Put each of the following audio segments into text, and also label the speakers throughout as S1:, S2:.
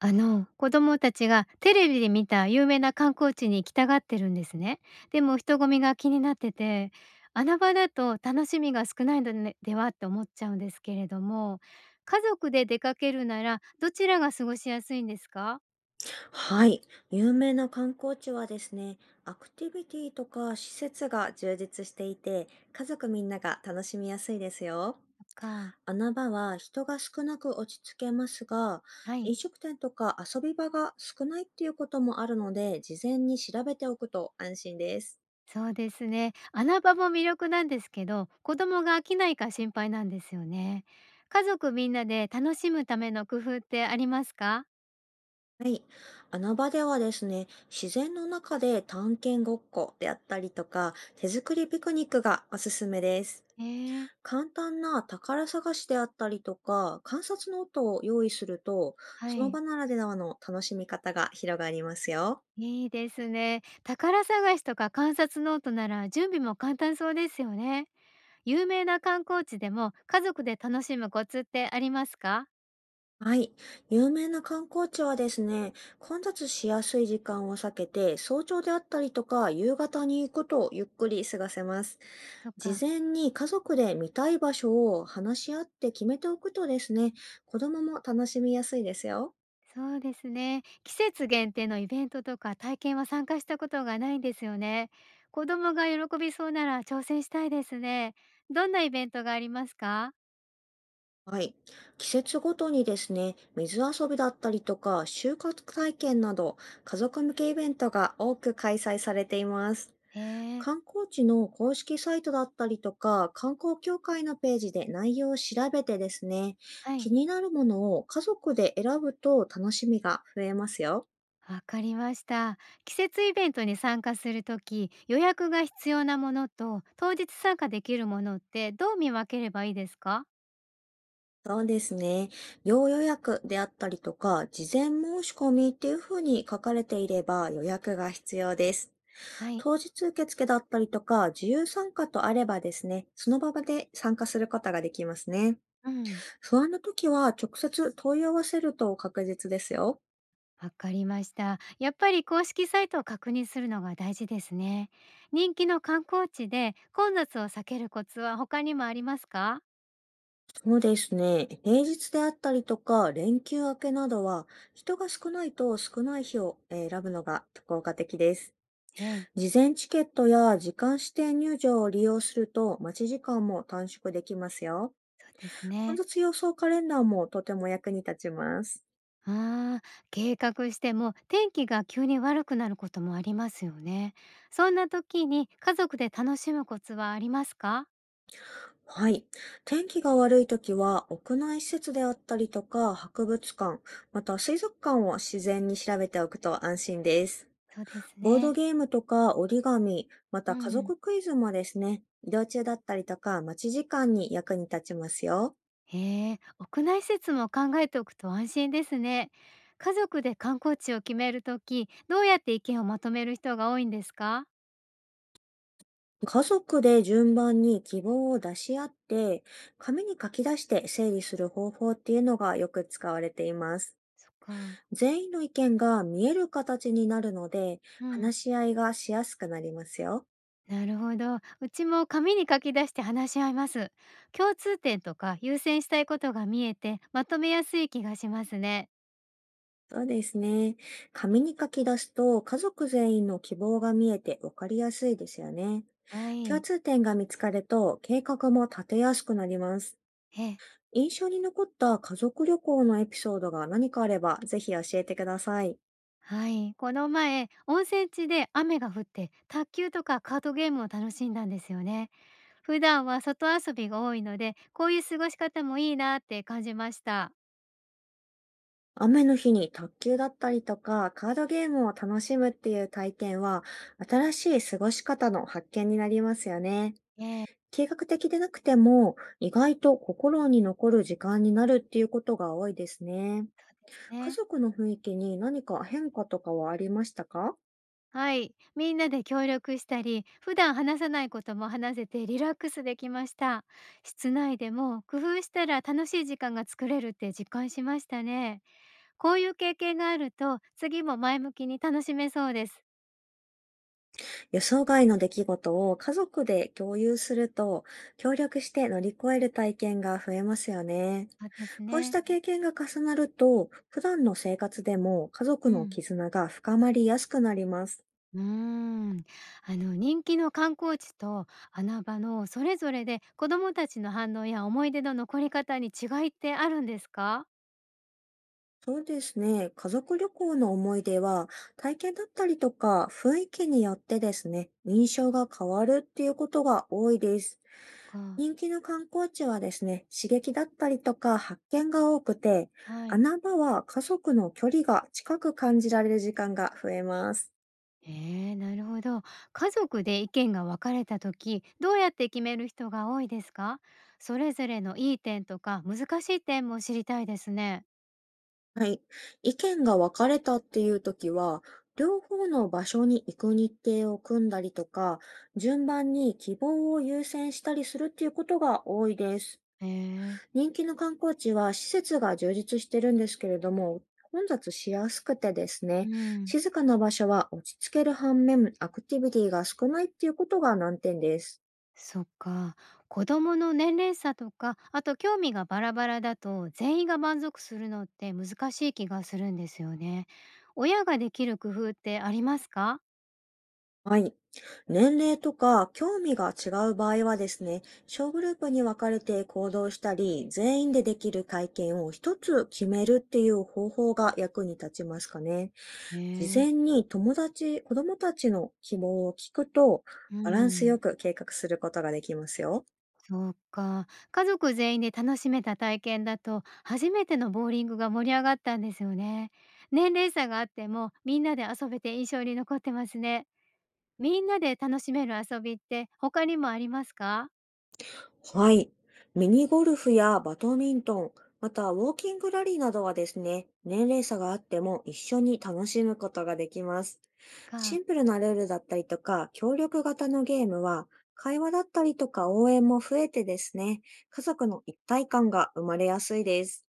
S1: あの子供たちがテレビで見た有名な観光地に行きたがってるんですね。でも人混みが気になってて、穴場だと楽しみが少ないのねではって思っちゃうんですけれども、家族で出かけるならどちらが過ごしやすいんですか。
S2: はい。有名な観光地はですね、アクティビティとか施設が充実していて、家族みんなが楽しみやすいですよ。
S1: か。
S2: 穴場は人が少なく落ち着けますが、
S1: はい。
S2: 飲食店とか遊び場が少ないっていうこともあるので、事前に調べておくと安心です。
S1: そうですね、穴場も魅力なんですけど子供が飽きないか心配なんですよね。家族みんなで楽しむための工夫ってありますか？
S2: はい。穴場ではですね、自然の中で探検ごっこであったりとか、手作りピクニックがおすすめです。
S1: えー、
S2: 簡単な宝探しであったりとか、観察ノートを用意すると、
S1: は
S2: その場
S1: い。
S2: ならではの楽しみ方が広がりますよ。
S1: いいですね。宝探しとか観察ノートなら準備も簡単そうですよね。有名な観光地でも家族で楽しむコツってありますか？
S2: はい。有名な観光地はですね、混雑しやすい時間を避けて、早朝であったりとか、夕方に行くとゆっくり過ごせます。
S1: と
S2: 事
S1: か。
S2: 前に家族で見たい場所を話し合って決めておくとですね、子供も楽しみやすいですよ。
S1: そうですね。季節限定のイベントとか体験は参加したことがないんですよね。子供が喜びそうなら挑戦したいですね。どんなイベントがありますか？
S2: はい。季節ごとにですね、水遊びだったりとか、収穫体験など、家族向けイベントが多く開催されています。
S1: へえ。
S2: 観光地の公式サイトだったりとか、観光協会のページで内容を調べてですね、
S1: はい。
S2: 気になるものを家族で選ぶと楽しみが増えますよ。
S1: わかりました。季節イベントに参加するとき、予約が必要なものと当日参加できるものってどう見分ければいいですか？
S2: そうですね。要予約であったりとか、事前申し込みっていうふうに書かれていれば予約が必要です。
S1: はい。
S2: 当日受付だったりとか、自由参加とあればですね、その場で参加することができますね。
S1: うん、
S2: 不安の時は直接問い合わせると確実ですよ。
S1: わかりました。やっぱり公式サイトを確認するのが大事ですね。人気の観光地で混雑を避けるコツは他にもありますか？
S2: そうですね。平日であったりとか、連休明けなどは、人が少ないと少ない日を選ぶのが効果的です。
S1: ええ、
S2: 事前チケットや時間指定入場を利用すると、待ち時間も短縮できますよ。
S1: そうです
S2: 混
S1: ね。
S2: 雑予想カレンダーもとても役に立ちます。
S1: ああ、計画しても天気が急に悪くなることもありますよね。そんな時に家族で楽しむコツはありますか？
S2: はい。天気が悪いときは、屋内施設であったりとか、博物館、また水族館を自然に調べておくと安心です。
S1: そうです
S2: ボード
S1: ね。
S2: ゲームとか折り紙、ま
S1: う
S2: た家
S1: ん。
S2: 族クイズもですね、移動中だったりとか、待ち時間に役に立ちますよ。
S1: へえ、屋内施設も考えておくと安心ですね。家族で観光地を決めるとき、どうやって意見をまとめる人が多いんですか？
S2: 家族で順番に希望を出し合って、紙に書き出して整理する方法っていうのがよく使われています。
S1: そっか。
S2: 全員の意見が見える形になるので、
S1: うん。
S2: 話し合いがしやすくなりますよ。
S1: なるほど。うちも紙に書き出して話し合います。共通点とか優先したいことが見えて、まとめやすい気がしますね。
S2: そうですね。紙に書き出すと家族全員の希望が見えて分かりやすいですよね。
S1: は
S2: 共
S1: い。
S2: 通点が見つかると計画も立てやすくなります。
S1: え、
S2: 印象に残った家族旅行のエピソードが何かあればぜひ教えてください。
S1: はい。この前、温泉地で雨が降って、卓球とかカードゲームを楽しんだんですよね。普段は外遊びが多いので、こういう過ごし方もいいなって感じました。
S2: 雨の日に卓球だったりとかカードゲームを楽しむっていう体験は、新しい過ごし方の発見になりますよね。
S1: ええ。
S2: 計画的でなくても意外と心に残る時間になるっていうことが多いですね。
S1: です
S2: 家
S1: ね。
S2: 族の雰囲気に何か変化とかはありましたか？
S1: はい。みんなで協力したり、普段話さないことも話せてリラックスできました。室内でも工夫したら楽しい時間が作れるって実感しましたね。こういう経験があると、次も前向きに楽しめそうです。
S2: 予想外の出来事を家族で共有すると、協力して乗り越える体験が増えますよね。
S1: そうです
S2: こうし
S1: ね。
S2: た経験が重なると、普段の生活でも家
S1: う
S2: 族の
S1: ん。
S2: 絆が深まりやすくなります。
S1: うーん、あの人気の観光地と穴場のそれぞれで子どもたちの反応や思い出の残り方に違いってあるんですか？
S2: そうですね。家族旅行の思い出は、体験だったりとか雰囲気によってですね、印象が変わるっていうことが多いです。
S1: そっか、
S2: 人気の観光地はですね、刺激だったりとか発見が多くて、
S1: はい。
S2: 穴場は家族の距離が近く感じられる時間が増えます。
S1: ええ、なるほど。家族で意見が分かれた時、どうやって決める人が多いですか？それぞれのいい点とか難しい点も知りたいですね。
S2: はい。意見が分かれたっていう時は、両方の場所に行く日程を組んだりとか、順番に希望を優先したりするっていうことが多いです。
S1: ええ、
S2: 人気の観光地は施設が充実してるんですけれども、混雑しやすくてです
S1: う
S2: ね、
S1: ん。
S2: 静かな場所は落ち着ける反面、アクティビティが少ないっていうことが難点です。
S1: そっか。子供の年齢差とか、あと興味がバラバラだと、全員が満足するのって難しい気がするんですよね。親ができる工夫ってありますか？
S2: はい。年齢とか興味が違う場合はですね、小グループに分かれて行動したり、全員でできる会見を一つ決めるっていう方法が役に立ちますかね。
S1: へ
S2: 事
S1: え。
S2: 前に友達、子供たちの希望を聞くと、
S1: う
S2: バランスよ
S1: ん。
S2: く計画することができますよ。
S1: そっか。家族全員で楽しめた体験だと、初めてのボーリングが盛り上がったんですよね。年齢差があっても、みんなで遊べて印象に残ってますね。みんなで楽しめる遊びって他にもありますか？
S2: はい。ミニゴルフやバドミントン、またウォーキングラリーなどはですね、年齢差があっても一緒に楽しむことができます。シ
S1: か。
S2: ンプルなルールだったりとか、協力型のゲームは、会話だったりとか応援も増えてですね、家族の一体感が生まれやすいです。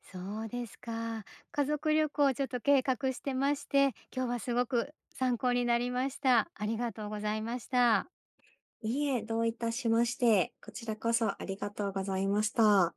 S1: そうですか。家族旅行をちょっと計画してまして、今日はすごく参考になりました。ありがとうございました。
S2: いいえ、どういたしまして、こちらこそありがとうございました。